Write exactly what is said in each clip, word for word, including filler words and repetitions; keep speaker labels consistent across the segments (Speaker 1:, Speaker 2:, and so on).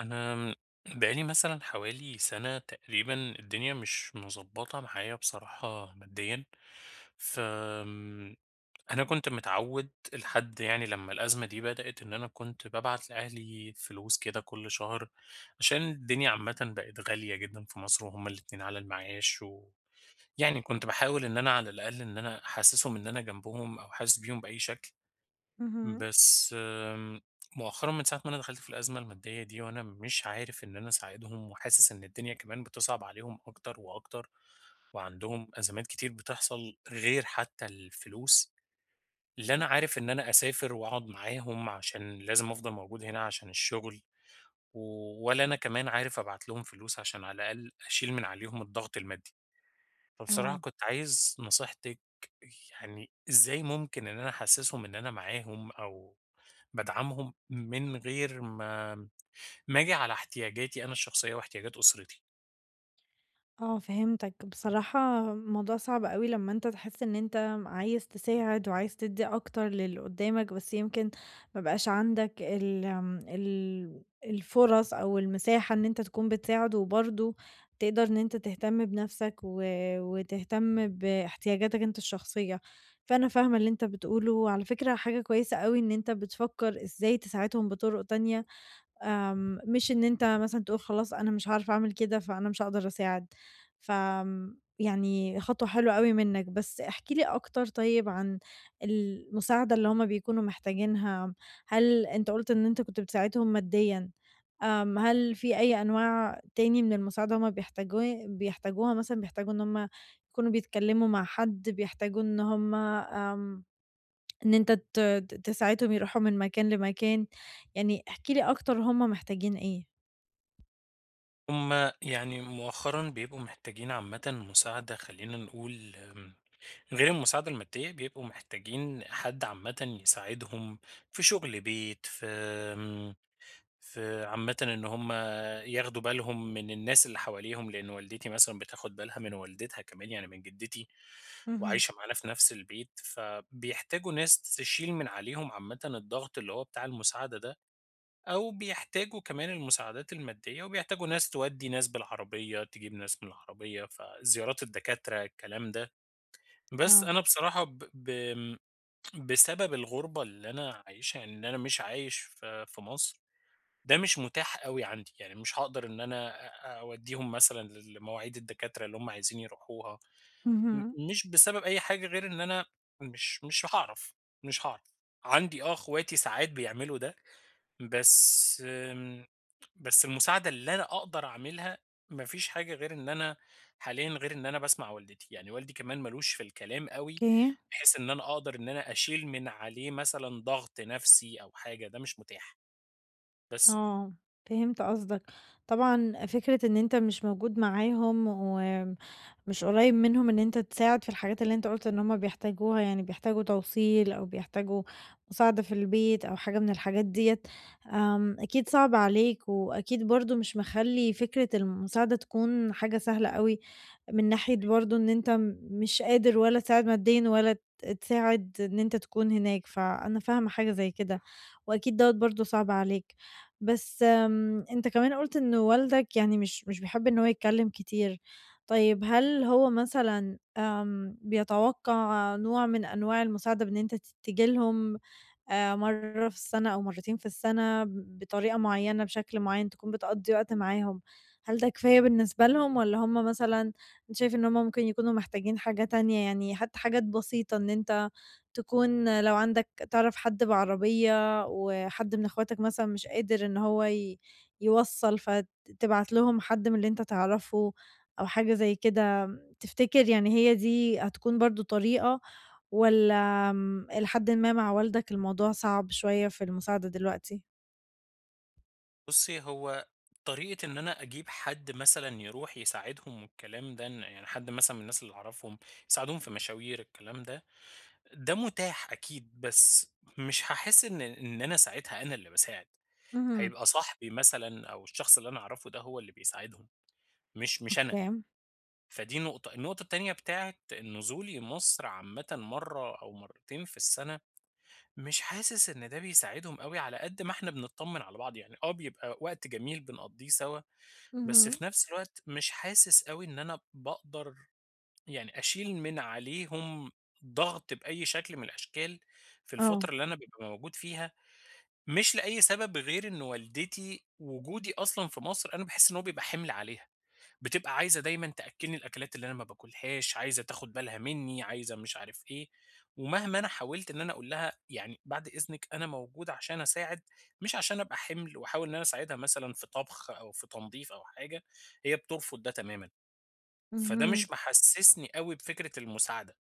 Speaker 1: أنا بقالي مثلًا حوالي سَنة تقريبًا الدنيا مش مضبّطة معايا بصراحة ماديًا، ف آمم، أنا كنت متعوّد لحد يعني لمّا الأزمة دي بدأت إن أنا كنت بابعت لأهلي فلوس كده كل شهر، عشان الدنيا عامةً بقت غالية جدًا في مصر وهُم الاتنين على المعاش و يعني كنت باحاول إن أنا على الأقل إن أنا أحسّسهم إن أنا جنبهم أو حاسس بيهم بأي شكل.
Speaker 2: اهم.
Speaker 1: بس آمم، مؤخرًا من ساعة ما أنا دخلت في الأزمة المادية دي، وأنا مش عارف إن أنا أساعدهم، وحاسس إن الدنيا كمان بتصعب عليهم أكتر وأكتر، وعندهم أزمات كتير بتحصل غير حتى الفلوس، لا أنا عارف إن أنا أسافر وأقعد معاهم عشان لازم أفضل موجود هنا عشان الشغل، و ولا أنا كمان عارف أبعت لهم فلوس عشان على الأقل أشيل من عليهم الضغط المادي. فبصراحة
Speaker 2: آه،
Speaker 1: كنت عايز نصيحتِك يعني إزاي ممكن إن أنا أحسسهم إن أنا معاهم أو بادعمهم من غير ما ما آجي على احتياجاتي أنا الشخصية واحتياجات أسرتي.
Speaker 2: آه فهمتك. بصراحة الموضوع صعب أوي لمّا أنت تحس إن أنت عايز تساعد وعايز تدّي أكتر للي قدّامك، بس يمكن ما بقاش عندك ال آمم، ال الفُرَص أو المساحة إن أنت تكون بتساعد وبرضه تقدر إن أنت تهتم بنَفْسك و وتهتم باحتياجاتك أنت الشخصية. فأنا فاهمة اللي أنت بتقوله، وعلى فكرة حاجة كويسة أوي إن أنت بتفكّر إزاي تساعدهم بطُرق تانية، آمم، مش إن أنت مثلًا تقول خلاص أنا مش هاعرف أعمل كده، فأنا مش هاقدر أساعد. فآمم، يعني خطوة حلوة أوي منّك، بس احكِ لي أكتر طيب عن المساعدة اللي هُم بيكونوا محتاجينها. هل أنت قُلت إن أنت كنت بتساعدهم ماديًا؟ آمم، هل في أي أنواع تاني من المساعدة هُم بيحتاجوه بيحتاجوها مثلًا، بيحتاجوا إن هُم يكونوا بيتكلموا مع حد، بيحتاجوا إن هُم، آمم إن أنت ت ت تساعدهم يروحوا من مكان لمكان؟ يعني احكِ لي أكتر، هُم محتاجين إيه؟
Speaker 1: هُم يعني مؤخرًا بيبقوا محتاجين عامةً مساعدة خلّينا نقول آمم، غير المساعدة المادية بيبقوا محتاجين حد عامةً يساعدهم في شغل بيت، في في عامةً إن هم ياخدوا بالهم من الناس اللي حواليهم، لإن والدتي مثلًا بتاخد بالها من والدتها كمان يعني من جدتي،
Speaker 2: اهم.
Speaker 1: وعايشة معانا في نفس البيت، فبيحتاجوا ناس تشيل من عليهم عامةً الضغط اللي هو بتاع المساعدة ده، أو بيحتاجوا كمان المساعدات المادية، وبيحتاجوا ناس تودّي ناس بالعربية، تجيب ناس من العربية، فزيارات الدكاترة الكلام ده. بس
Speaker 2: آه.
Speaker 1: أنا بصراحة ب ب بسبب الغربة اللي أنا عايشها، يعني إن أنا مش عايش في في مصر ده مش متاح أوي عندي، يعني مش هاقدر إن أنا أ أودّيهم مثلًا ل لمواعيد الدكاترة اللي هُم عايزين يروحوها، م
Speaker 2: اهم،
Speaker 1: مش بسبب أي حاجة غير إن أنا مش مش هاعرف، مش هاعرف. عندي آه أخواتي ساعات بيعملوا ده، بس آمم، بس المساعدة اللي أنا أقدر أعملها ما فيش حاجة غير إن أنا حاليًا غير إن أنا باسمع والدتي، يعني والدي كمان ما لوش في الكلام أوي،
Speaker 2: أوكي.
Speaker 1: بحيث إن أنا أقدر إن أنا أشيل من عليه مثلًا ضغط نفسي أو حاجة، ده مش متاح، بس.
Speaker 2: آه، فهمت قصدك. طبعًا فكرة إن أنت مش موجود معاهم ومش قريب منهم إن أنت تساعد في الحاجات اللي أنت قُلت إن هُم بيحتاجوها، يعني بيحتاجوا توصيل أو بيحتاجوا مساعدة في البيت أو حاجة من الحاجات ديّة، آمم، أكيد صعب عليك وأكيد برضه مش مخلّي فكرة المساعدة تكون حاجة سهلة أوي. من ناحية برضه إن أنت م- مش قادر ولا تساعد ماديًا ولا ت تساعد إن أنت تكون هناك، فأنا فاهمة حاجة زي كده، وأكيد دوّة برضه صعب عليك. بس آمم، أنت كمان قُلت إن والدك يعني مش مش بيحب إن هو يتكلم كتير. طيب هل هو مثلًا، آمم، بيتوقع نوع من أنواع المساعدة بإن أنت ت تيجي لهم آآ، مرّة في السنة أو مرّتين في السنة بطريقة معينة، بشكل معين، تكون بتقضّي وقت معاهم؟ هل ده كفاية بالنسبة لهم، والّا هُم مثلًا، أنت شايف إن هُم ممكن يكونوا محتاجين حاجة تانية؟ يعني حتى حاجات بسيطة إن أنت تكون لو عندك تعرف حد بعربية وحد من أخواتك مثلًا مش قادر إن هو ي يوصّل، فتبعت لهم حد من اللي أنت تعرفه أو حاجة زي كده. تفتكر يعني هي دي هتكون برضه طريقة، والّا آمم، إلى حدٍ ما مع والدك الموضوع صعب شوية في المساعدة دلوقتي؟
Speaker 1: بُصّي، هو طريقة إن أنا أجيب حد مثلًا يروح يساعدهم والكلام ده، إن يعني حد مثلًا من الناس اللي أعرفهم يساعدهم في مشاوير الكلام ده، ده متاح أكيد، بس مش هاحس إن إن أنا ساعتها أنا اللي باساعد،
Speaker 2: اهم.
Speaker 1: هيبقى صاحبي مثلًا أو الشخص اللي أنا أعرفه ده هو اللي بيساعدهم، مش مش أنا،
Speaker 2: أوكي.
Speaker 1: فدي نقطة. النقطة التانية بتاعة نزولي مصر عامةً مرّة أو مرّتين في السنة، مش حاسس إن ده بيساعدهم أوي على قد ما إحنا بنتطمن على بعض، يعني آه، بيبقى وقت جميل بنقضّيه سوا بس
Speaker 2: اهم.
Speaker 1: في نفس الوقت مش حاسس أوي إن أنا باقدر يعني أشيل من عليهم ضغط بأي شكل من الأشكال في
Speaker 2: آه.
Speaker 1: الفترة اللي أنا بابقى موجود فيها، مش لأي سبب غير إن والدتي وجودي أصلًا في مصر أنا باحس إن هو بيبقى حِمل عليها. بتبقى عايزة دايمًا تأكّلني الأكلات اللي أنا ما باكلهاش، عايزة تاخد بالها منّي، عايزة مش عارف إيه، ومهما أنا حاولت إن أنا أقول لها يعني بعد إذنِك أنا موجودة عشان أساعد، مش عشان أبقى حِمل وأحاول إن أنا أساعدها مثلًا في طبخ أو في تنضيف أو حاجة، هي بترفض ده تمامًا، فده
Speaker 2: اهم.
Speaker 1: مش محسّسني أوي بفكرة المساعدة،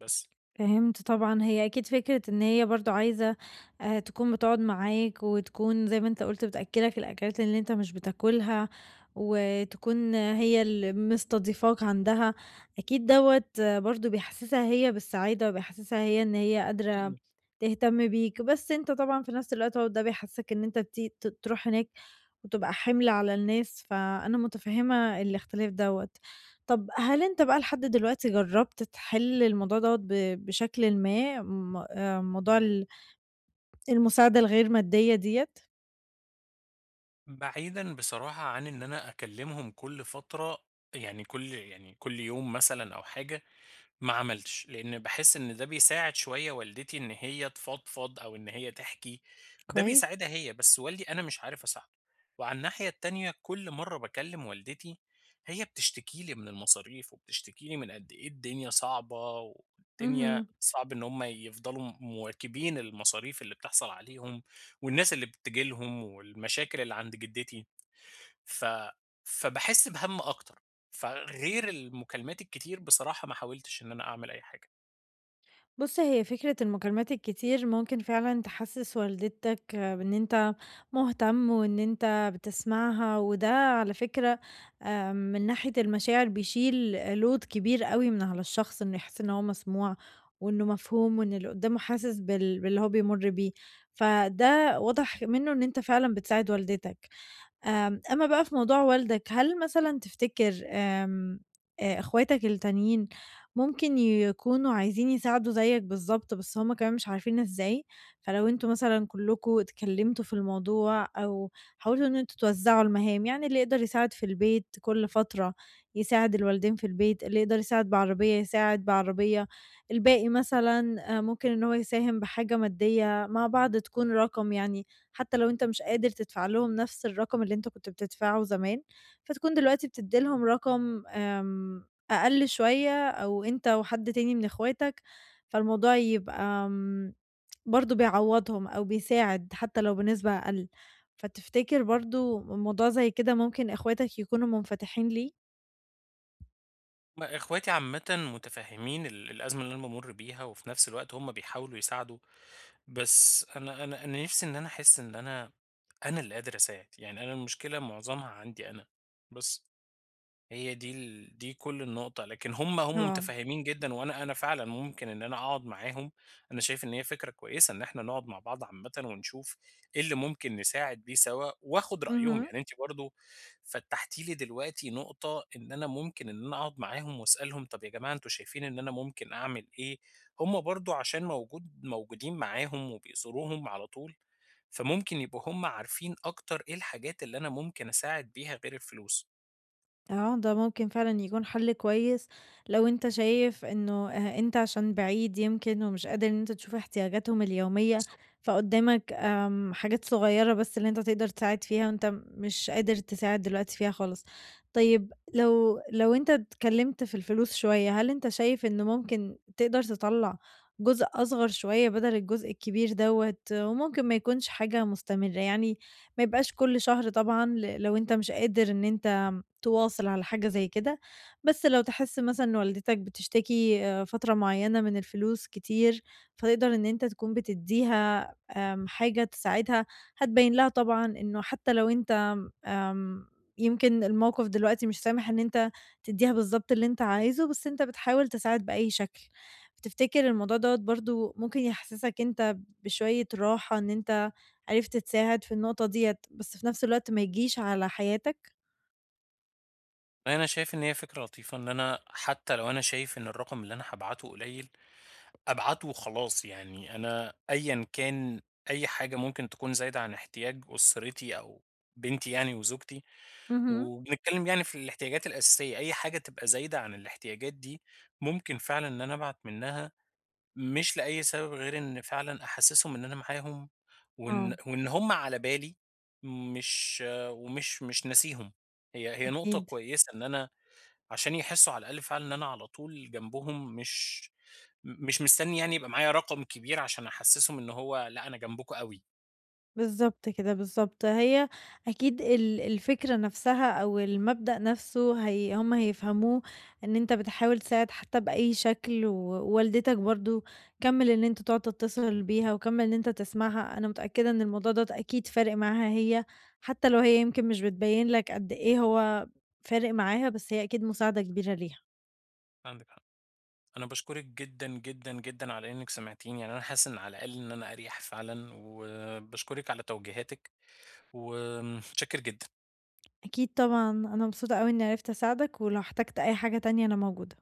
Speaker 1: بس.
Speaker 2: فهمت طبعًا. هي أكيد فكرة إن هي برضه عايزة آآ تكون بتقعد معاك وتكون زي ما أنت قُلت بتأكّلك الأكلات اللي أنت مش بتاكلها، وتكون هي اللي مستضيفاك عندها، أكيد دوّة برضه بيحسّسها هي بالسعادة وبيحسّسها هي إن هي قادرة
Speaker 1: حقيقي.
Speaker 2: تهتم بيك، بس أنت طبعًا في نفس الوقت هو ده بيحسّسك إن أنت بتي ت تروح هناك وتبقى حِمل على الناس، فأنا متفهّمة الاختلاف دوّة. طب هل أنت بقى لحد دلوقتي جرّبت تحل الموضوع دوّة ب بشكلٍ ما، م آآ موضوع ال المساعدة الغير مادية ديّة؟
Speaker 1: بعيدًا بصراحة عن إن أنا أكلّمهم كل فترة، يعني كل يعني كل يوم مثلًا أو حاجة، ما عملتش، لإن باحس إن ده بيساعد شوية والدتي إن هي تفضفض أو إن هي تحكي، ده
Speaker 2: كويس.
Speaker 1: بيساعدها هي، بس والدي أنا مش عارف أساعده. وعلى الناحية التانية كل مرة باكلم والدتي هي بتشتكي لي من المصاريف، وبتشتكي لي من قد إيه الدنيا صعبة، والدنيا
Speaker 2: اهم.
Speaker 1: صعب إن هم يفضلوا مواكبين المصاريف اللي بتحصل عليهم، والناس اللي بتيجي لهم، والمشاكل اللي عند جدتي. ف فباحس بهَم أكتر، فغير المكالمات الكتير بصراحة ما حاولتش إن أنا أعمل أي حاجة.
Speaker 2: بُص، هي فكرة المكالمات الكتير ممكن فعلًا تحسِّس والدتك، آه، بإن أنت مهتم وإن أنت بتسمعها، وده على فكرة آآ من ناحية المشاعر بيشيل load كبير أوي من على الشخص، إنه يحس إن هو مسموع وإنه مفهوم وإن اللي قدّامه حاسس بال باللي هو بيمُر بيه، فده واضح منّه إن أنت فعلًا بتساعد والدتك. آمم، أمّا بقى في موضوع والدك، هل مثلًا تفتكر، آمم، آآ، إخواتك التانيين ممكن يكونوا عايزين يساعدوا زيك بالضبط، بس هُم كمان مش عارفين إزاي؟ فلو أنتم مثلًا كلّكم اتكلمتوا في الموضوع أو حاولتوا إن أنتم توزّعوا المهام، يعني اللي يقدر يساعد في البيت كل فترة يساعد الوالدين في البيت، اللي يقدر يساعد بعربية يساعد بعربية، الباقي مثلًا آآ، ممكن إن هو يساهم بحاجة مادية، مع بعض تكون رقم يعني. حتى لو أنت مش قادر تدفع لهم نفس الرقم اللي أنت كنت بتدفعه زمان، فتكون دلوقتي بتدّي لهم رقم آمم، أقل شوية، أو أنت وحد تاني من إخواتك، فالموضوع يبقى آمم، برضه بيعوّضهم أو بيساعد حتى لو بنسبة أقل. فتفتكر برضه موضوع زي كده ممكن إخواتك يكونوا منفتحين ليه؟
Speaker 1: ما إخواتي عامةً مُتفهّمين ال الأزمة اللي أنا بامُر بيها، وفي نفس الوقت هُم بيحاولوا يساعدوا، بس أنا أنا أنا نِفْسي إن أنا أحس إن أنا أنا اللي قادر أساعد، يعني أنا المشكلة معظمها عندي أنا، بس. هي دي ال دي كل النقطة، لكن هم هم
Speaker 2: آه،
Speaker 1: متفهّمين جدًا، وأنا أنا فعلًا ممكن إن أنا أقعد معاهم، أنا شايف إن هي فكرة كويسة إن إحنا نقعد مع بعض عامةً ونشوف إيه اللي ممكن نساعد بيه سوا، وآخد رأيهم،
Speaker 2: اهم.
Speaker 1: يعني أنتِ برضه فتّحتِ لي دلوقتي نقطة إن أنا ممكن إن أنا أقعد معاهم وأسألهم طَب يا جماعة أنتم شايفين إن أنا ممكن أعمل إيه؟ هم برضه عشان موجود موجودين معاهم وبيزوروهم على طول، فممكن يبقوا هم عارفين أكتر إيه الحاجات اللي أنا ممكن أساعد بيها غير الفلوس.
Speaker 2: آه، ده ممكن فعلًا يكون حل كويس لو أنت شايف إنه، آآ أنت عشان بعيد يمكن ومش قادر إن أنت تشوف احتياجاتهم اليومية،
Speaker 1: بالضبط.
Speaker 2: فقدّامك آمم حاجات صغيّرة بس اللي أنت تقدر تساعد فيها، وأنت مش قادر تساعد دلوقتي فيها خالص. طيب لو لو أنت اتكلّمت في الفلوس شوية، هل أنت شايف إنه ممكن تقدر تطلّع جزء أصغر شوية بدل الجزء الكبير دوّة، وممكن ما يكونش حاجة مستمرة، يعني ما يبقاش كل شهر طبعًا، ل لو أنت مش قادر إن أنت تواصل على حاجة زي كده، بس لو تحس مثلًا إن والدتك بتشتكي آآ فترة معيّنة من الفلوس كتير، فتقدر إن أنت تكون بتدّيها آمم حاجة تساعدها. هتبيّن لها طبعًا إنه حتى لو أنت، آمم يمكن الموقف دلوقتي مش سامح إن أنت تدّيها بالضبط اللي أنت عايزه، بس أنت بتحاول تساعد بأي شكل. تفتكر الموضوع دوّة برضه ممكن يحسسك أنت بشوية راحة إن أنت عرفت تساعد في النقطة ديّة، بس في نفس الوقت ما يجيش على حياتك؟
Speaker 1: أنا شايف إن هي فكرة لطيفة إن أنا حتى لو أنا شايف إن الرقم اللي أنا هابعته قليل، أبعته وخلاص يعني أنا أيًا كان أي حاجة ممكن تكون زايدة عن احتياج أسرتي أو بنتي يعني وزوجتي،
Speaker 2: اهم.
Speaker 1: وبنتكلم يعني في الاحتياجات الأساسية، أي حاجة تبقى زايدة عن الاحتياجات دي ممكن فعلًا إن أنا أبعت منها، مش لأي سبب غير إن فعلًا أحسسهم إن أنا معاهم وإن
Speaker 2: آه،
Speaker 1: وإن هُم على بالي، مش ومش مش ناسيهم. هي هي نقطة
Speaker 2: أكيد،
Speaker 1: كويسة إن أنا عشان يحسّوا على الأقل فعلًا إن أنا على طول جنبهم مش م مش مستنّي يعني يبقى معايا رقم كبير عشان أحسّسهم إن هو لأ، أنا جنبكم أوي.
Speaker 2: بالضبط كده، بالضبط. هي أكيد ال الفكرة نفسها أو المبدأ نفسه هي هُم هيفهموه، إن أنت بتحاول تساعد حتى بأي شكل، ووالدتك برضه كمّل إن أنت تقعد تتصل بيها، وكمّل إن أنت تسمعها. أنا متأكدة إن الموضوع دوّة أكيد فارق معاها هي، حتى لو هي يمكن مش بتبيّن لك قد إيه هو فارق معاها، بس هي أكيد مساعدة كبيرة ليها.
Speaker 1: عندِك حق. أنا باشكرِك جدًا، جدًا، جدًا على إنِّك سمعتيني، يعني أنا حاسس إن على الأقل إن أنا أريح فعلًا وباشكرِك على توجيهاتِك ومتشكّر جدًا.
Speaker 2: أكيد طبعًا، أنا مبسوطة أوي إني عرفت أساعدك، ولو احتجت أي حاجة تانية أنا موجودة.